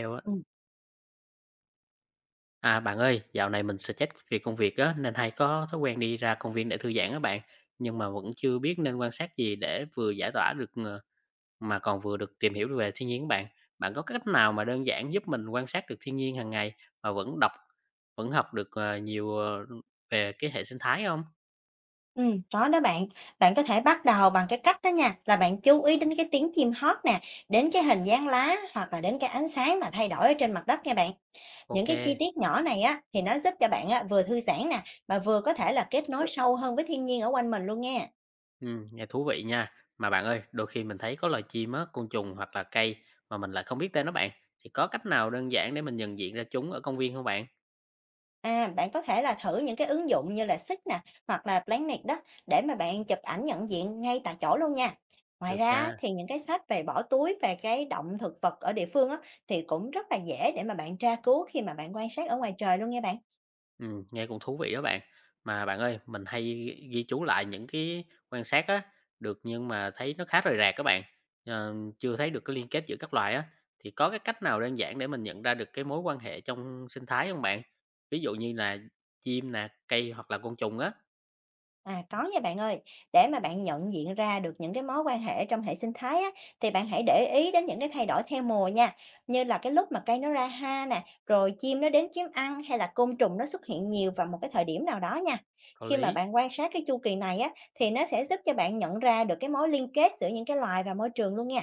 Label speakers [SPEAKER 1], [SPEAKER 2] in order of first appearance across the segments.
[SPEAKER 1] Hiểu á.
[SPEAKER 2] Ừm,
[SPEAKER 1] À, bạn ơi, dạo này mình stress vì công việc á, nên hay có thói quen đi ra công viên để thư giãn á bạn. Nhưng mà vẫn chưa biết nên quan sát gì để vừa giải tỏa được mà còn vừa được tìm hiểu về thiên nhiên các bạn. Bạn có cách nào mà đơn giản giúp mình quan sát được thiên nhiên hàng ngày mà vẫn học được nhiều về cái hệ sinh thái không?
[SPEAKER 2] có đó bạn. Bạn có thể bắt đầu bằng cái cách đó nha, là bạn chú ý đến cái tiếng chim hót nè, đến cái hình dáng lá hoặc là đến cái ánh sáng mà thay đổi ở trên mặt đất nha bạn. Những
[SPEAKER 1] Ok,
[SPEAKER 2] cái chi tiết nhỏ này á, thì nó giúp cho bạn á, vừa thư giãn nè, mà vừa có thể là kết nối sâu hơn với thiên nhiên ở quanh mình luôn nha.
[SPEAKER 1] ừ, nghe thú vị nha. Mà bạn ơi, đôi khi mình thấy có loài chim á, côn trùng hoặc là cây mà mình lại không biết tên nó bạn. Thì có cách nào đơn giản để mình nhận diện ra chúng ở công viên không bạn?
[SPEAKER 2] À, bạn có thể là thử những cái ứng dụng như là Sick nè, hoặc là Planet đó để mà bạn chụp ảnh nhận diện ngay tại chỗ luôn nha. Ngoài
[SPEAKER 1] Được
[SPEAKER 2] ra
[SPEAKER 1] nha.
[SPEAKER 2] thì những cái sách về bỏ túi về cái động thực vật ở địa phương á, thì cũng rất là dễ để mà bạn tra cứu khi mà bạn quan sát ở ngoài trời luôn nha bạn.
[SPEAKER 1] Nghe cũng thú vị đó bạn. Mà bạn ơi, mình hay ghi ghi chú lại những cái quan sát á, được nhưng mà thấy nó khá rời rạc các bạn, chưa thấy được cái liên kết giữa các loài á, thì có cái cách nào đơn giản để mình nhận ra được cái mối quan hệ trong sinh thái không bạn? Ví dụ như là chim nè, cây hoặc là côn trùng á.
[SPEAKER 2] À, có nha bạn ơi. Để mà bạn nhận diện ra được những cái mối quan hệ trong hệ sinh thái á, thì bạn hãy để ý đến những cái thay đổi theo mùa nha. Như là cái lúc mà cây nó ra hoa nè, rồi chim nó đến kiếm ăn hay là côn trùng nó xuất hiện nhiều vào một cái thời điểm nào đó nha.
[SPEAKER 1] Có
[SPEAKER 2] Khi mà
[SPEAKER 1] lý.
[SPEAKER 2] bạn quan sát cái chu kỳ này á, thì nó sẽ giúp cho bạn nhận ra được cái mối liên kết giữa những cái loài và môi trường luôn nha.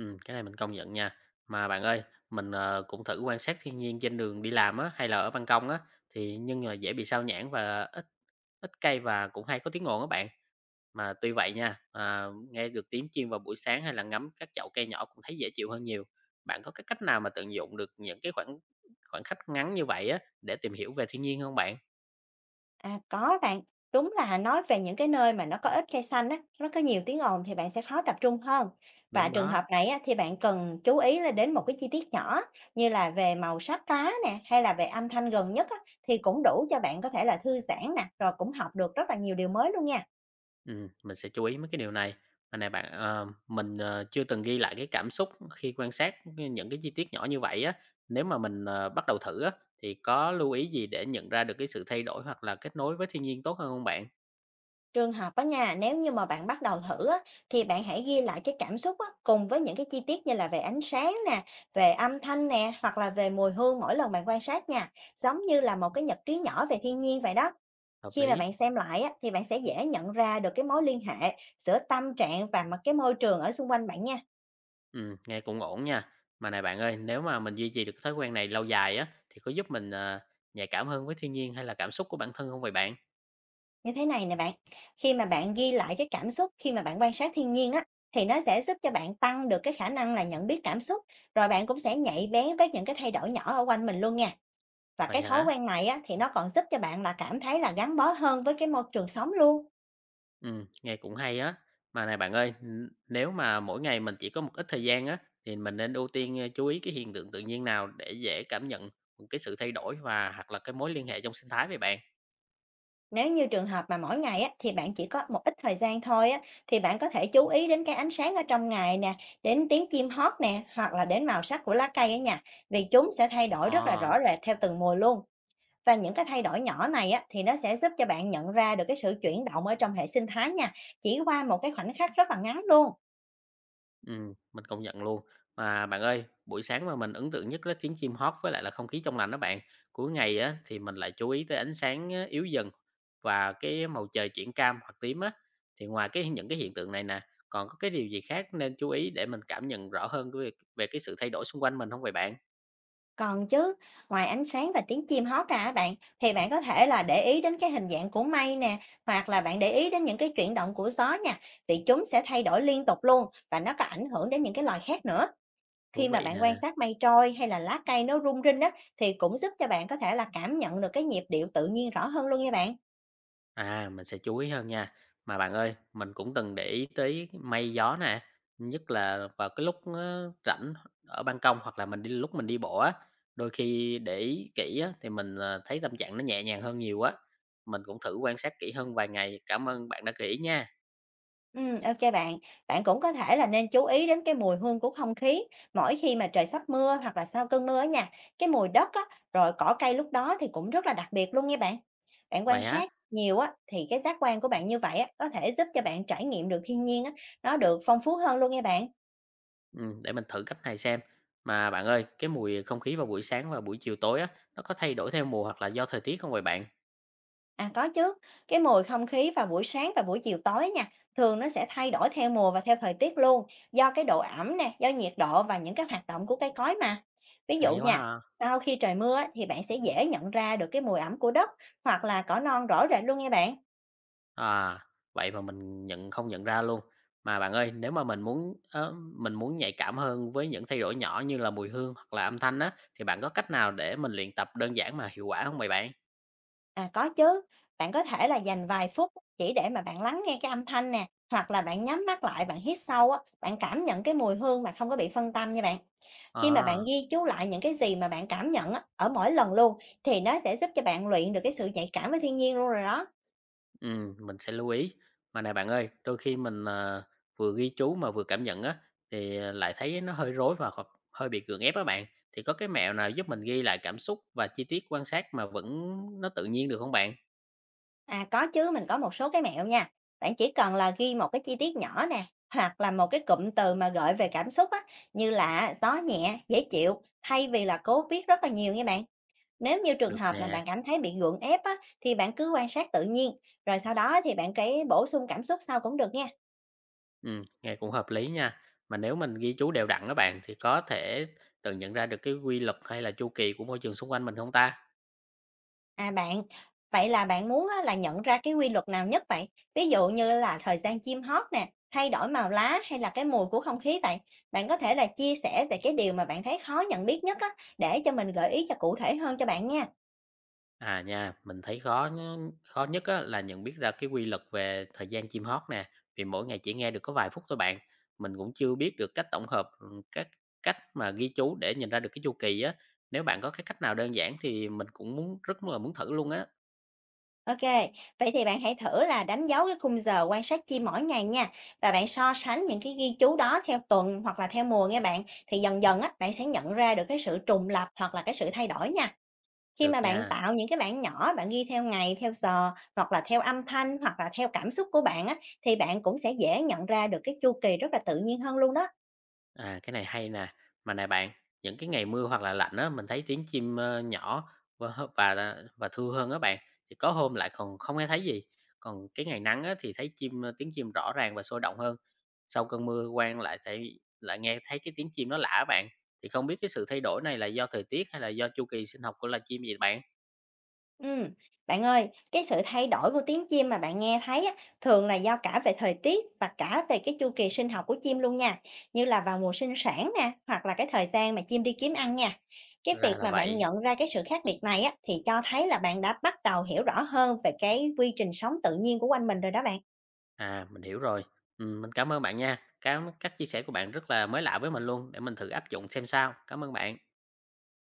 [SPEAKER 1] Cái này mình công nhận nha. Mà bạn ơi, cũng thử quan sát thiên nhiên trên đường đi làm á, hay là ở ban công á, thì nhưng mà dễ bị sao nhãng và ít ít cây và cũng hay có tiếng ồn á bạn. Mà tuy vậy nha, nghe được tiếng chim vào buổi sáng hay là ngắm các chậu cây nhỏ cũng thấy dễ chịu hơn nhiều. Bạn có cái cách nào mà tận dụng được những cái khoảng khoảng khắc ngắn như vậy á, để tìm hiểu về thiên nhiên không bạn?
[SPEAKER 2] À, có bạn. Đúng là nói về những cái nơi mà nó có ít cây xanh á, nó có nhiều tiếng ồn thì bạn sẽ khó tập trung hơn. Và
[SPEAKER 1] Đúng
[SPEAKER 2] trường hợp
[SPEAKER 1] đó.
[SPEAKER 2] này á, thì bạn cần chú ý là đến một cái chi tiết nhỏ như là về màu sắc lá nè hay là về âm thanh gần nhất á, thì cũng đủ cho bạn có thể là thư giãn nè rồi cũng học được rất là nhiều điều mới luôn nha.
[SPEAKER 1] Mình sẽ chú ý mấy cái điều này. Mà này bạn, mình chưa từng ghi lại cái cảm xúc khi quan sát những cái chi tiết nhỏ như vậy á. Nếu mà mình bắt đầu thử á, thì có lưu ý gì để nhận ra được cái sự thay đổi hoặc là kết nối với thiên nhiên tốt hơn không bạn?
[SPEAKER 2] Trường hợp á nha, nếu như mà bạn bắt đầu thử á, thì bạn hãy ghi lại cái cảm xúc á, cùng với những cái chi tiết như là về ánh sáng nè, về âm thanh nè, hoặc là về mùi hương mỗi lần bạn quan sát nha, giống như là một cái nhật ký nhỏ về thiên nhiên vậy đó.
[SPEAKER 1] Hợp
[SPEAKER 2] Khi mà
[SPEAKER 1] lý,
[SPEAKER 2] bạn xem lại á, thì bạn sẽ dễ nhận ra được cái mối liên hệ giữa tâm trạng và mà cái môi trường ở xung quanh bạn nha.
[SPEAKER 1] nghe cũng ổn nha. Mà này bạn ơi, nếu mà mình duy trì được cái thói quen này lâu dài á, thì có giúp mình nhạy cảm hơn với thiên nhiên hay là cảm xúc của bản thân không vậy bạn?
[SPEAKER 2] Như thế này nè bạn, khi mà bạn ghi lại cái cảm xúc khi mà bạn quan sát thiên nhiên á, thì nó sẽ giúp cho bạn tăng được cái khả năng là nhận biết cảm xúc, rồi bạn cũng sẽ nhạy bén với những cái thay đổi nhỏ ở quanh mình luôn nha. Và
[SPEAKER 1] Vậy
[SPEAKER 2] cái thói
[SPEAKER 1] hả?
[SPEAKER 2] quen này á, thì nó còn giúp cho bạn là cảm thấy là gắn bó hơn với cái môi trường sống luôn.
[SPEAKER 1] Nghe cũng hay á. Mà này bạn ơi, nếu mà mỗi ngày mình chỉ có một ít thời gian á, thì mình nên ưu tiên chú ý cái hiện tượng tự nhiên nào để dễ cảm nhận, cái sự thay đổi và hoặc là cái mối liên hệ trong sinh thái vậy bạn?
[SPEAKER 2] Nếu như trường hợp mà mỗi ngày á, thì bạn chỉ có một ít thời gian thôi á, thì bạn có thể chú ý đến cái ánh sáng ở trong ngày nè, đến tiếng chim hót nè, hoặc là đến màu sắc của lá cây ở nhà, vì chúng sẽ thay đổi rất là
[SPEAKER 1] Ờ.
[SPEAKER 2] rõ rệt theo từng mùa luôn. Và những cái thay đổi nhỏ này á, thì nó sẽ giúp cho bạn nhận ra được cái sự chuyển động ở trong hệ sinh thái nha, chỉ qua một cái khoảnh khắc rất là ngắn luôn.
[SPEAKER 1] Mình công nhận luôn. Mà bạn ơi, buổi sáng mà mình ấn tượng nhất là tiếng chim hót với lại là không khí trong lành đó bạn. Cuối ngày á thì mình lại chú ý tới ánh sáng á, yếu dần và cái màu trời chuyển cam hoặc tím á. Thì ngoài cái những cái hiện tượng này nè, còn có cái điều gì khác nên chú ý để mình cảm nhận rõ hơn cái việc về cái sự thay đổi xung quanh mình không vậy bạn?
[SPEAKER 2] Còn chứ, ngoài ánh sáng và tiếng chim hót ra á bạn, thì bạn có thể là để ý đến cái hình dạng của mây nè, hoặc là bạn để ý đến những cái chuyển động của gió nha, vì chúng sẽ thay đổi liên tục luôn và nó có ảnh hưởng đến những cái loài khác nữa.
[SPEAKER 1] Thú
[SPEAKER 2] Khi mà
[SPEAKER 1] vị
[SPEAKER 2] bạn quan
[SPEAKER 1] nè.
[SPEAKER 2] sát mây trôi hay là lá cây nó rung rinh á, thì cũng giúp cho bạn có thể là cảm nhận được cái nhịp điệu tự nhiên rõ hơn luôn nha bạn.
[SPEAKER 1] À, mình sẽ chú ý hơn nha. Mà bạn ơi, mình cũng từng để ý tới mây gió nè, nhất là vào cái lúc rảnh ở ban công hoặc là mình đi lúc mình đi bộ á, đôi khi để ý kỹ á, thì mình thấy tâm trạng nó nhẹ nhàng hơn nhiều á. Mình cũng thử quan sát kỹ hơn vài ngày. Cảm ơn bạn đã kỹ nha.
[SPEAKER 2] OK bạn. Bạn cũng có thể là nên chú ý đến cái mùi hương của không khí mỗi khi mà trời sắp mưa hoặc là sau cơn mưa á nha. Cái mùi đất á, rồi cỏ cây lúc đó thì cũng rất là đặc biệt luôn nha bạn. Bạn quan
[SPEAKER 1] Vậy á,
[SPEAKER 2] sát nhiều á, thì cái giác quan của bạn như vậy á, có thể giúp cho bạn trải nghiệm được thiên nhiên á, nó được phong phú hơn luôn nha bạn.
[SPEAKER 1] ừ, để mình thử cách này xem. Mà bạn ơi, cái mùi không khí vào buổi sáng và buổi chiều tối á, nó có thay đổi theo mùa hoặc là do thời tiết không vậy bạn?
[SPEAKER 2] À, có chứ. Cái mùi không khí vào buổi sáng và buổi chiều tối nha, thường nó sẽ thay đổi theo mùa và theo thời tiết luôn, do cái độ ẩm nè, do nhiệt độ và những cái hoạt động của cây cối mà. Ví dụ
[SPEAKER 1] Hay quá
[SPEAKER 2] nha,
[SPEAKER 1] ha.
[SPEAKER 2] sau khi trời mưa á, thì bạn sẽ dễ nhận ra được cái mùi ẩm của đất hoặc là cỏ non rõ rệt luôn nha bạn.
[SPEAKER 1] À, vậy mà mình không nhận ra luôn. Mà bạn ơi, nếu mà mình muốn nhạy cảm hơn với những thay đổi nhỏ như là mùi hương hoặc là âm thanh á, thì bạn có cách nào để mình luyện tập đơn giản mà hiệu quả không vậy bạn?
[SPEAKER 2] À, có chứ. Bạn có thể là dành vài phút chỉ để mà bạn lắng nghe cái âm thanh nè, hoặc là bạn nhắm mắt lại, bạn hít sâu á, bạn cảm nhận cái mùi hương mà không có bị phân tâm nha bạn. Khi mà bạn
[SPEAKER 1] À,
[SPEAKER 2] ghi chú lại những cái gì mà bạn cảm nhận á, ở mỗi lần luôn, thì nó sẽ giúp cho bạn luyện được cái sự nhạy cảm với thiên nhiên luôn rồi đó.
[SPEAKER 1] mình sẽ lưu ý. Mà này bạn ơi, đôi khi mình vừa ghi chú mà vừa cảm nhận á, thì lại thấy nó hơi rối và hoặc hơi bị gượng ép á bạn. Thì có cái mẹo nào giúp mình ghi lại cảm xúc và chi tiết quan sát mà vẫn nó tự nhiên được không bạn?
[SPEAKER 2] À, có chứ, mình có một số cái mẹo nha. Bạn chỉ cần là ghi một cái chi tiết nhỏ nè, hoặc là một cái cụm từ mà gợi về cảm xúc á, như là gió nhẹ, dễ chịu, thay vì là cố viết rất là nhiều nha bạn. Nếu như trường
[SPEAKER 1] Được
[SPEAKER 2] hợp mà
[SPEAKER 1] nè.
[SPEAKER 2] bạn cảm thấy bị gượng ép á, thì bạn cứ quan sát tự nhiên, rồi sau đó thì bạn cái bổ sung cảm xúc sau cũng được nha.
[SPEAKER 1] Nghe cũng hợp lý nha. Mà nếu mình ghi chú đều đặn á bạn thì có thể tự nhận ra được cái quy luật hay là chu kỳ của môi trường xung quanh mình không ta?
[SPEAKER 2] À bạn, vậy là bạn muốn á, là nhận ra cái quy luật nào nhất vậy? Ví dụ như là thời gian chim hót nè, thay đổi màu lá hay là cái mùi của không khí vậy? Bạn có thể là chia sẻ về cái điều mà bạn thấy khó nhận biết nhất á, để cho mình gợi ý cho cụ thể hơn cho bạn nha.
[SPEAKER 1] À nha, mình thấy khó nhớ- khó nhất á, là nhận biết ra cái quy luật về thời gian chim hót nè, vì mỗi ngày chỉ nghe được có vài phút thôi bạn. Mình cũng chưa biết được cách tổng hợp các cách mà ghi chú để nhìn ra được cái chu kỳ á. Nếu bạn có cái cách nào đơn giản thì mình cũng muốn rất là muốn thử luôn á.
[SPEAKER 2] OK, vậy thì bạn hãy thử là đánh dấu cái khung giờ quan sát chim mỗi ngày nha, và bạn so sánh những cái ghi chú đó theo tuần hoặc là theo mùa nghe bạn, thì dần dần á, bạn sẽ nhận ra được cái sự trùng lặp hoặc là cái sự thay đổi nha. Khi
[SPEAKER 1] Được
[SPEAKER 2] mà bạn
[SPEAKER 1] nha.
[SPEAKER 2] tạo những cái bảng nhỏ bạn ghi theo ngày, theo giờ hoặc là theo âm thanh hoặc là theo cảm xúc của bạn á, thì bạn cũng sẽ dễ nhận ra được cái chu kỳ rất là tự nhiên hơn luôn đó.
[SPEAKER 1] À, cái này hay nè. Mà này bạn, những cái ngày mưa hoặc là lạnh á, mình thấy tiếng chim nhỏ và và thưa hơn á bạn. Thì có hôm lại còn không nghe thấy gì. Còn cái ngày nắng á, thì thấy tiếng chim rõ ràng và sôi động hơn. Sau cơn mưa quang lại nghe thấy cái tiếng chim nó lạ á bạn. Thì không biết cái sự thay đổi này là do thời tiết hay là do chu kỳ sinh học của loài chim gì bạn?
[SPEAKER 2] Ừm, bạn ơi, cái sự thay đổi của tiếng chim mà bạn nghe thấy á, thường là do cả về thời tiết và cả về cái chu kỳ sinh học của chim luôn nha, như là vào mùa sinh sản nè, hoặc là cái thời gian mà chim đi kiếm ăn nha. Cái việc
[SPEAKER 1] Ra là
[SPEAKER 2] mà bạn
[SPEAKER 1] vậy.
[SPEAKER 2] nhận ra cái sự khác biệt này á, thì cho thấy là bạn đã bắt đầu hiểu rõ hơn về cái quy trình sống tự nhiên của quanh mình rồi đó bạn.
[SPEAKER 1] À, mình hiểu rồi. Ừ, mình cảm ơn bạn nha. Cảm các chia sẻ của bạn rất là mới lạ với mình luôn để mình thử áp dụng xem sao. Cảm ơn bạn.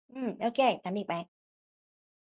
[SPEAKER 2] Ừ, OK, tạm biệt bạn.